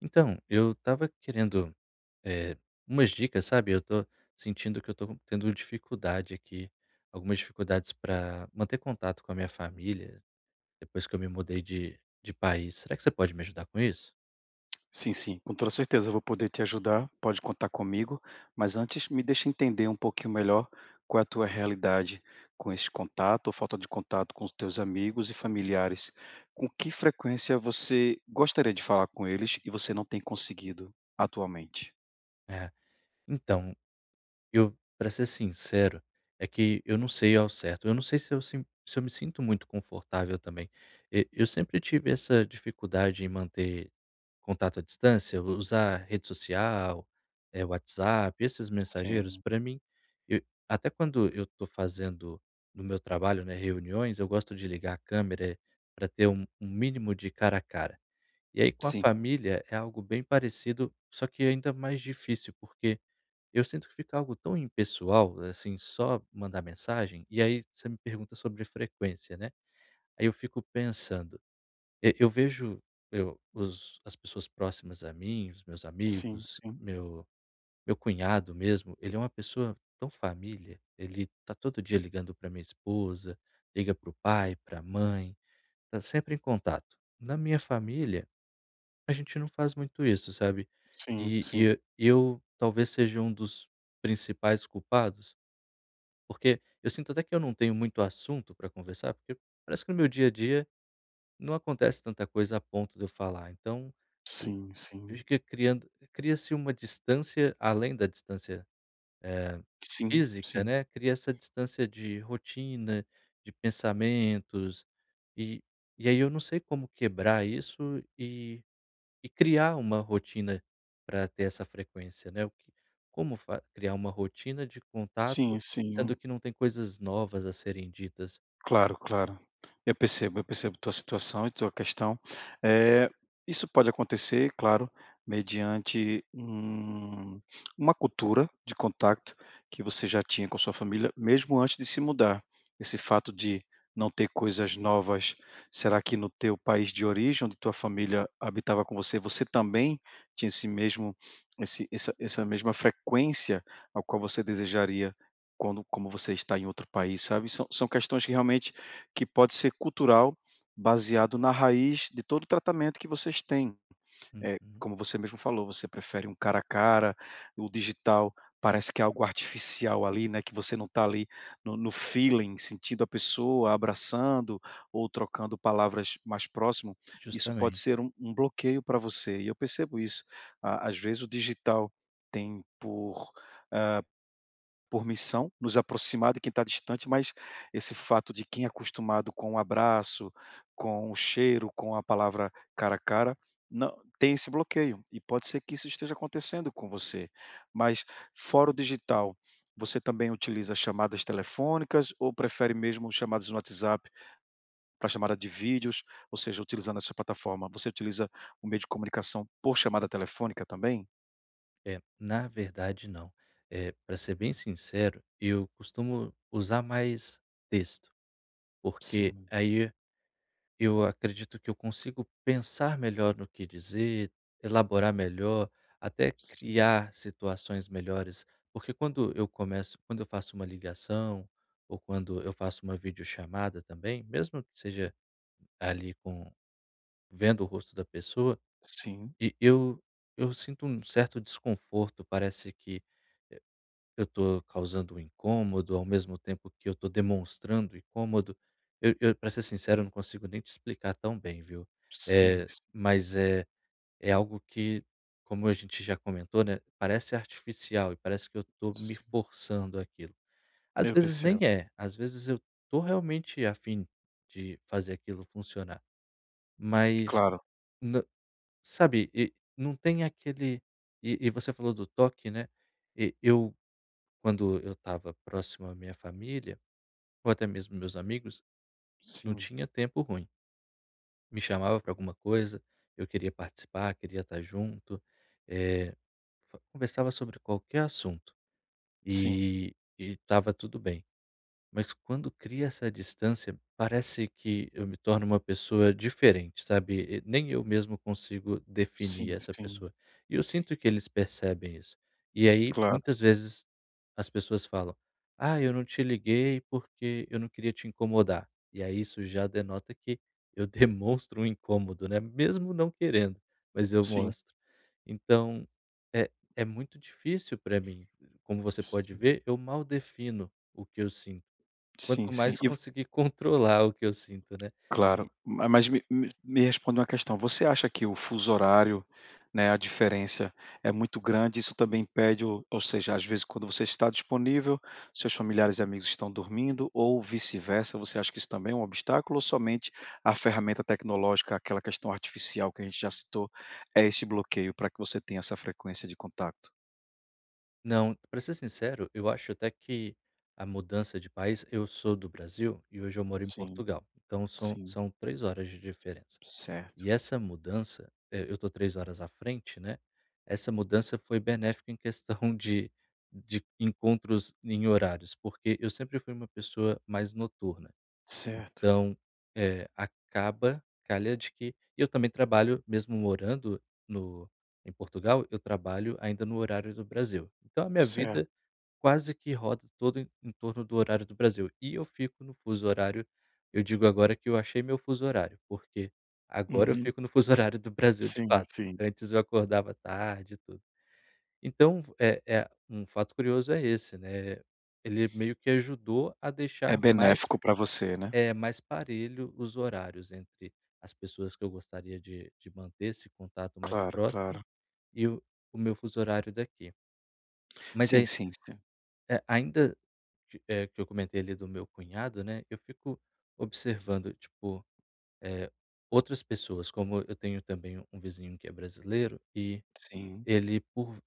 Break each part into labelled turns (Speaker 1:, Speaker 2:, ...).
Speaker 1: Então, eu estava querendo, eh, umas dicas, sabe, eu tô sentindo que eu tô tendo dificuldade aqui, algumas dificuldades para manter contato com a minha família, depois que eu me mudei de país. Será que você pode me ajudar com isso?
Speaker 2: Sim, sim, com toda certeza eu vou poder te ajudar, pode contar comigo, mas antes me deixa entender um pouquinho melhor qual é a tua realidade com esse contato ou falta de contato com os teus amigos e familiares. Com que frequência você gostaria de falar com eles e você não tem conseguido atualmente?
Speaker 1: É, então, eu para ser sincero, é que eu não sei ao certo, eu não sei se eu me sinto muito confortável também. E eu sempre tive essa dificuldade em manter contato à distância, usar rede social, WhatsApp, esses mensageiros,
Speaker 2: Sim,
Speaker 1: para mim eu até quando eu estou fazendo no meu trabalho, né, reuniões, eu gosto de ligar a câmera para ter um mínimo de cara a cara. E aí com a
Speaker 2: sim,
Speaker 1: família é algo bem parecido, só que ainda mais difícil, porque eu sinto que fica algo tão impessoal, assim, só mandar mensagem, e aí você me pergunta sobre frequência, né. Aí eu fico pensando, e eu vejo eu os as pessoas próximas a mim, os meus
Speaker 2: sim,
Speaker 1: amigos,
Speaker 2: sim,
Speaker 1: meu cunhado mesmo, ele é uma pessoa tão família, ele tá todo dia ligando para minha esposa, liga para o pai, para a mãe, tá sempre em contato. Na minha família, a gente não faz muito isso, sabe.
Speaker 2: sim,
Speaker 1: E
Speaker 2: sim,
Speaker 1: e eu talvez seja um dos principais culpados, porque eu sinto até que eu não tenho muito assunto para conversar, porque parece que no meu dia a dia não acontece tanta coisa a ponto de eu falar. Então, o
Speaker 2: sim,
Speaker 1: fica criando cria-se uma distância, além da distância
Speaker 2: sim,
Speaker 1: física,
Speaker 2: sim,
Speaker 1: né, cria essa distância de rotina, de pensamentos, e aí eu não sei como quebrar isso e criar uma rotina para ter essa frequência, né. O que como fa criar uma rotina de
Speaker 2: sim,
Speaker 1: contato,
Speaker 2: sim, sim.
Speaker 1: sendo que não tem coisas novas a serem ditas?
Speaker 2: Claro, claro. Eu percebo tua situação e tua questão. Eh, isso pode acontecer, claro, mediante uma cultura de contato que você já tinha com sua família, mesmo antes de se mudar. Esse fato de não ter coisas novas, será que no teu país de origem, onde tua família habitava com você, você também tinha esse mesmo esse essa essa mesma frequência ao qual você desejaria quando como você está em outro país, sabe, são questões que realmente que pode ser cultural, baseado na raiz de todo o tratamento que vocês têm.
Speaker 1: Uhum.
Speaker 2: Como você mesmo falou, você prefere um cara a cara, o digital parece que é algo artificial ali, né, que você não está ali no feeling, sentindo a pessoa, abraçando ou trocando palavras mais próximo, isso pode
Speaker 1: Justamente.
Speaker 2: ser um bloqueio para você, e eu percebo isso. A Às vezes o digital tem por, ah, por missão, nos aproximar de quem está distante, mas esse fato de quem é acostumado com o abraço, com o cheiro, com a palavra cara a cara, não tem esse bloqueio, e pode ser que isso esteja acontecendo com você. Mas fora o digital, você também utiliza chamadas telefônicas ou prefere mesmo chamadas no WhatsApp para chamada de vídeos, ou seja, utilizando essa plataforma, você utiliza o meio de comunicação por chamada telefônica também?
Speaker 1: É, na verdade não. É, para ser bem sincero, eu costumo usar mais texto, porque
Speaker 2: Sim,
Speaker 1: aí eu acredito que eu consigo pensar melhor no que dizer, elaborar melhor, até
Speaker 2: sim,
Speaker 1: criar situações melhores, porque quando eu faço uma ligação, ou quando eu faço uma videochamada também, mesmo que seja ali com vendo o rosto da pessoa,
Speaker 2: sim,
Speaker 1: e eu sinto um certo desconforto, parece que, eh, eu estou causando um incômodo, ao mesmo tempo que eu estou demonstrando incômodo. Eu pra ser sincero, eu não consigo nem te explicar tão bem, viu.
Speaker 2: sim,
Speaker 1: é mas é é algo que, como a gente já comentou, né, parece artificial e parece que eu estou me
Speaker 2: sim.
Speaker 1: forçando aquilo. Às
Speaker 2: Eu
Speaker 1: vezes nem
Speaker 2: percebo,
Speaker 1: é, às vezes eu estou realmente a fim de fazer aquilo funcionar, mas,
Speaker 2: claro,
Speaker 1: sabe, e não tem aquele. E você falou do toque, né, e eu quando eu estava próximo à minha família, ou até mesmo meus amigos, não
Speaker 2: sim,
Speaker 1: tinha tempo ruim. Me chamava para alguma coisa, eu queria participar, queria estar junto, eh, fa conversava sobre qualquer assunto,
Speaker 2: sim,
Speaker 1: e estava tudo bem. Mas quando cria essa distância, parece que eu me torno uma pessoa diferente, sabe? E nem eu mesmo consigo definir
Speaker 2: sim,
Speaker 1: essa
Speaker 2: sim,
Speaker 1: pessoa. E eu sinto que eles percebem isso. E aí,
Speaker 2: claro,
Speaker 1: muitas vezes, as pessoas falam: "Ah, eu não te liguei porque eu não queria te incomodar." E aí, isso já denota que eu demonstro um incômodo, né? Mesmo não querendo, mas eu
Speaker 2: sim,
Speaker 1: mostro. Então, é, é muito difícil para mim. Como você pode
Speaker 2: sim,
Speaker 1: ver, eu mal defino o que eu sinto,
Speaker 2: sim,
Speaker 1: quanto
Speaker 2: sim,
Speaker 1: mais
Speaker 2: e
Speaker 1: conseguir controlar o que eu sinto, né.
Speaker 2: claro,
Speaker 1: E
Speaker 2: ma mas me responde uma questão, você acha que o fuso horário, né, a diferença é muito grande, isso também impede ou seja, às vezes quando você está disponível, seus familiares e amigos estão dormindo ou vice-versa, você acha que isso também é um obstáculo ou somente a ferramenta tecnológica, aquela questão artificial que a gente já citou, é esse bloqueio para que você tenha essa frequência de contato?
Speaker 1: não, pra ser sincero, eu acho até que a mudança de país, eu sou do Brasil e hoje eu moro em
Speaker 2: Sim.
Speaker 1: Portugal, então são
Speaker 2: Sim,
Speaker 1: são 3 horas de diferença.
Speaker 2: certo,
Speaker 1: E essa mudança, eu tô 3 horas à frente, né, essa mudança foi benéfica em questão de encontros em horários, porque eu sempre fui uma pessoa mais noturna.
Speaker 2: certo,
Speaker 1: Então, acaba, calha de que e eu também trabalho, mesmo morando no em Portugal, eu trabalho ainda no horário do Brasil. Então a minha
Speaker 2: certo.
Speaker 1: vida quase que roda todo em torno do horário do Brasil. E eu fico no fuso horário, eu digo agora que eu achei meu fuso horário, porque agora eu
Speaker 2: Uhum.
Speaker 1: fico no fuso horário do Brasil de
Speaker 2: Sim,
Speaker 1: fato.
Speaker 2: sim.
Speaker 1: Antes eu acordava tarde e tudo. Então, é, um fato curioso é esse, né, ele meio que ajudou a
Speaker 2: É
Speaker 1: deixar mais,
Speaker 2: benéfico para você, né.
Speaker 1: é mais parelho os horários entre as pessoas que eu gostaria de manter esse contato mais
Speaker 2: Claro, claro.
Speaker 1: próximo e o meu fuso horário daqui. Mas
Speaker 2: Sim,
Speaker 1: aí,
Speaker 2: sim, sim.
Speaker 1: ainda que, que eu comentei ali do meu cunhado, né, eu fico observando, tipo, eh, outras pessoas, como eu tenho também um vizinho que é brasileiro e
Speaker 2: Sim,
Speaker 1: ele por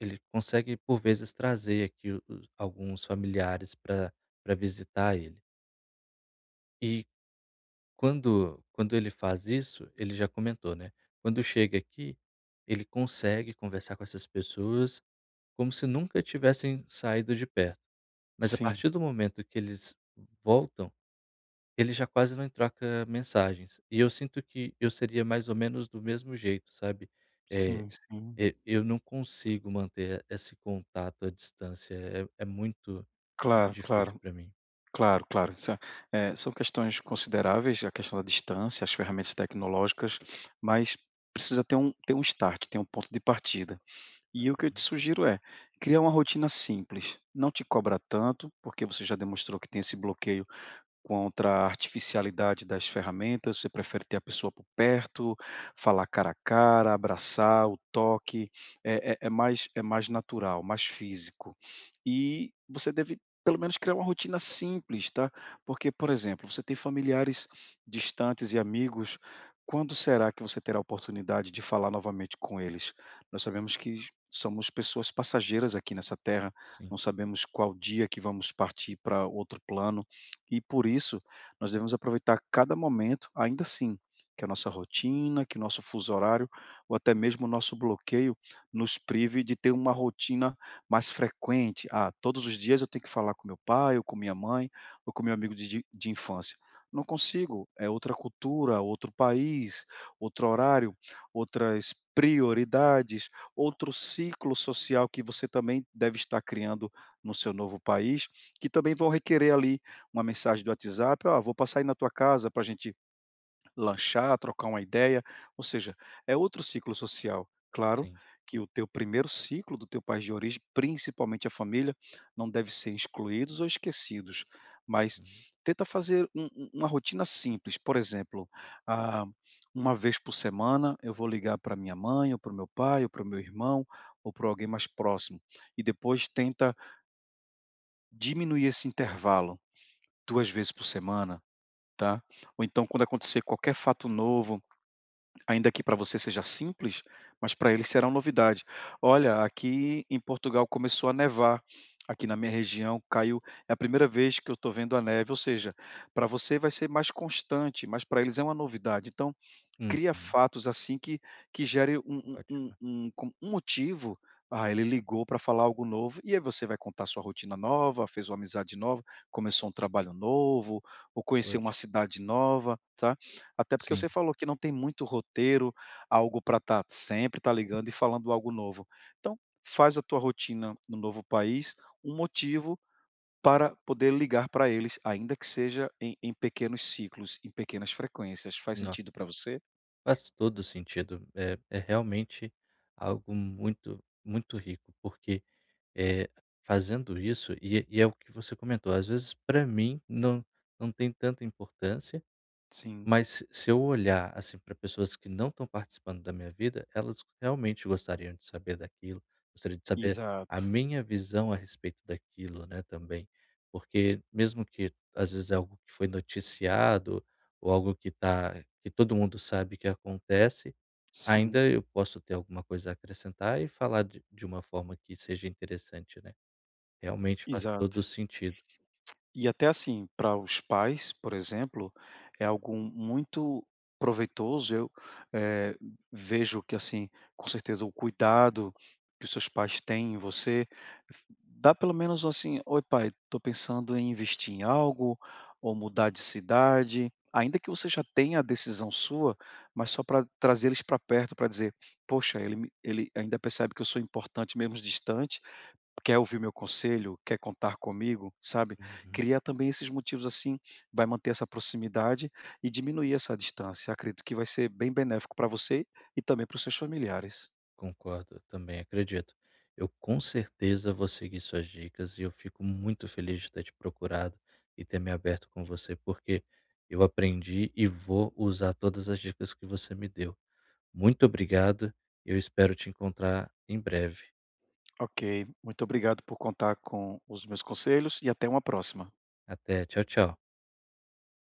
Speaker 1: ele consegue por vezes trazer aqui o os alguns familiares para visitar ele. E quando ele faz isso, ele já comentou, né, quando chega aqui, ele consegue conversar com essas pessoas como se nunca tivessem saído de perto. Mas a
Speaker 2: sim,
Speaker 1: partir do momento que eles voltam, ele já quase não troca mensagens. E eu sinto que eu seria mais ou menos do mesmo jeito, sabe. é
Speaker 2: sim, sim.
Speaker 1: e eu não consigo manter esse contato à distância, é muito, muito
Speaker 2: Claro,
Speaker 1: difícil
Speaker 2: claro,
Speaker 1: para mim.
Speaker 2: claro, claro. Isso é são questões consideráveis, a questão da distância, as ferramentas tecnológicas, mas precisa ter ter um start, ter um ponto de partida. E o que eu te sugiro é criar uma rotina simples, não te cobra tanto, porque você já demonstrou que tem esse bloqueio contra a artificialidade das ferramentas, você prefere ter a pessoa por perto, falar cara a cara, abraçar, o toque, é mais natural, mais físico. E você deve pelo menos criar uma rotina simples, tá, porque, por exemplo, você tem familiares distantes e amigos, quando será que você terá a oportunidade de falar novamente com eles? Nós sabemos que somos pessoas passageiras aqui nessa terra,
Speaker 1: Sim,
Speaker 2: não sabemos qual dia que vamos partir para outro plano, e por isso, nós devemos aproveitar cada momento, ainda assim, que a nossa rotina, que o nosso fuso horário, ou até mesmo o nosso bloqueio, nos prive de ter uma rotina mais frequente. Ah, todos os dias eu tenho que falar com meu pai, ou com minha mãe, ou com meu amigo de infância. Não consigo, é outra cultura, outro país, outro horário, outras prioridades, outro ciclo social que você também deve estar criando no seu novo país, que também vão requerer ali uma mensagem do WhatsApp: "Ó, vou passar aí na tua casa para a gente lanchar, trocar uma ideia", ou seja, é outro ciclo social. Claro
Speaker 1: sim.
Speaker 2: que o teu primeiro ciclo do teu país de origem, principalmente a família, não deve ser excluídos ou esquecidos, mas
Speaker 1: Uhum.
Speaker 2: tenta fazer um um uma rotina simples, por exemplo, ah, uma vez por semana eu vou ligar para minha mãe ou para o meu pai ou para o meu irmão ou para alguém mais próximo, e depois tenta diminuir esse intervalo, 2 vezes por semana. Tá? Ou então quando acontecer qualquer fato novo, ainda que para você seja simples, mas para eles será uma novidade. "Olha, aqui em Portugal começou a nevar, aqui na minha região caiu é a primeira vez que eu estou vendo a neve", ou seja, para você vai ser mais constante, mas para eles é uma novidade. Então
Speaker 1: Uhum.
Speaker 2: cria fatos, assim, que gere um um
Speaker 1: Ótimo,
Speaker 2: um um com um motivo, ah, ele ligou para falar algo novo, e aí você vai contar sua rotina nova, fez uma amizade nova, começou um trabalho novo, ou conheceu uma
Speaker 1: ótimo.
Speaker 2: cidade nova, tá. Até porque
Speaker 1: Sim.
Speaker 2: você falou que não tem muito roteiro, algo para estar sempre tá ligando e falando algo novo. Então, faz a tua rotina no novo país um motivo para poder ligar para eles, ainda que seja em pequenos ciclos, em pequenas frequências. Faz
Speaker 1: Não,
Speaker 2: sentido para você?
Speaker 1: faz todo sentido. É, é realmente algo muito, muito rico, porque é, fazendo isso, e é o que você comentou, às vezes para mim não, não tem tanta importância,
Speaker 2: Sim,
Speaker 1: mas se eu olhar, assim, para pessoas que não estão participando da minha vida, elas realmente gostariam de saber daquilo, gostariam de saber a
Speaker 2: exato.
Speaker 1: minha visão a respeito daquilo, né, também. Porque mesmo que às vezes é algo que foi noticiado ou algo que tá que todo mundo sabe que acontece, ainda
Speaker 2: Sim,
Speaker 1: eu posso ter alguma coisa a acrescentar e falar de uma forma que seja interessante, né. Realmente faz
Speaker 2: exato.
Speaker 1: todo sentido.
Speaker 2: E até assim, para os pais, por exemplo, é algo muito proveitoso. Eu, eh, vejo que assim, com certeza o cuidado que os seus pais têm em você, dá pelo menos assim, oi pai, estou pensando em investir em algo ou mudar de cidade, ainda que você já tenha a decisão sua, mas só para trazer eles para perto, para dizer, poxa, ele ainda percebe que eu sou importante mesmo distante. Quer ouvir meu conselho, quer contar comigo, sabe?
Speaker 1: Uhum.
Speaker 2: Criar também esses motivos assim, vai manter essa proximidade e diminuir essa distância. Acredito que vai ser bem benéfico para você e também para os seus familiares.
Speaker 1: Concordo, eu também acredito. Eu com certeza vou seguir suas dicas e eu fico muito feliz de ter te procurado e ter me aberto com você, porque eu aprendi e vou usar todas as dicas que você me deu. Muito obrigado, eu espero te encontrar em breve.
Speaker 2: Ok, muito obrigado por contar com os meus conselhos e até uma próxima.
Speaker 1: Até, tchau, tchau.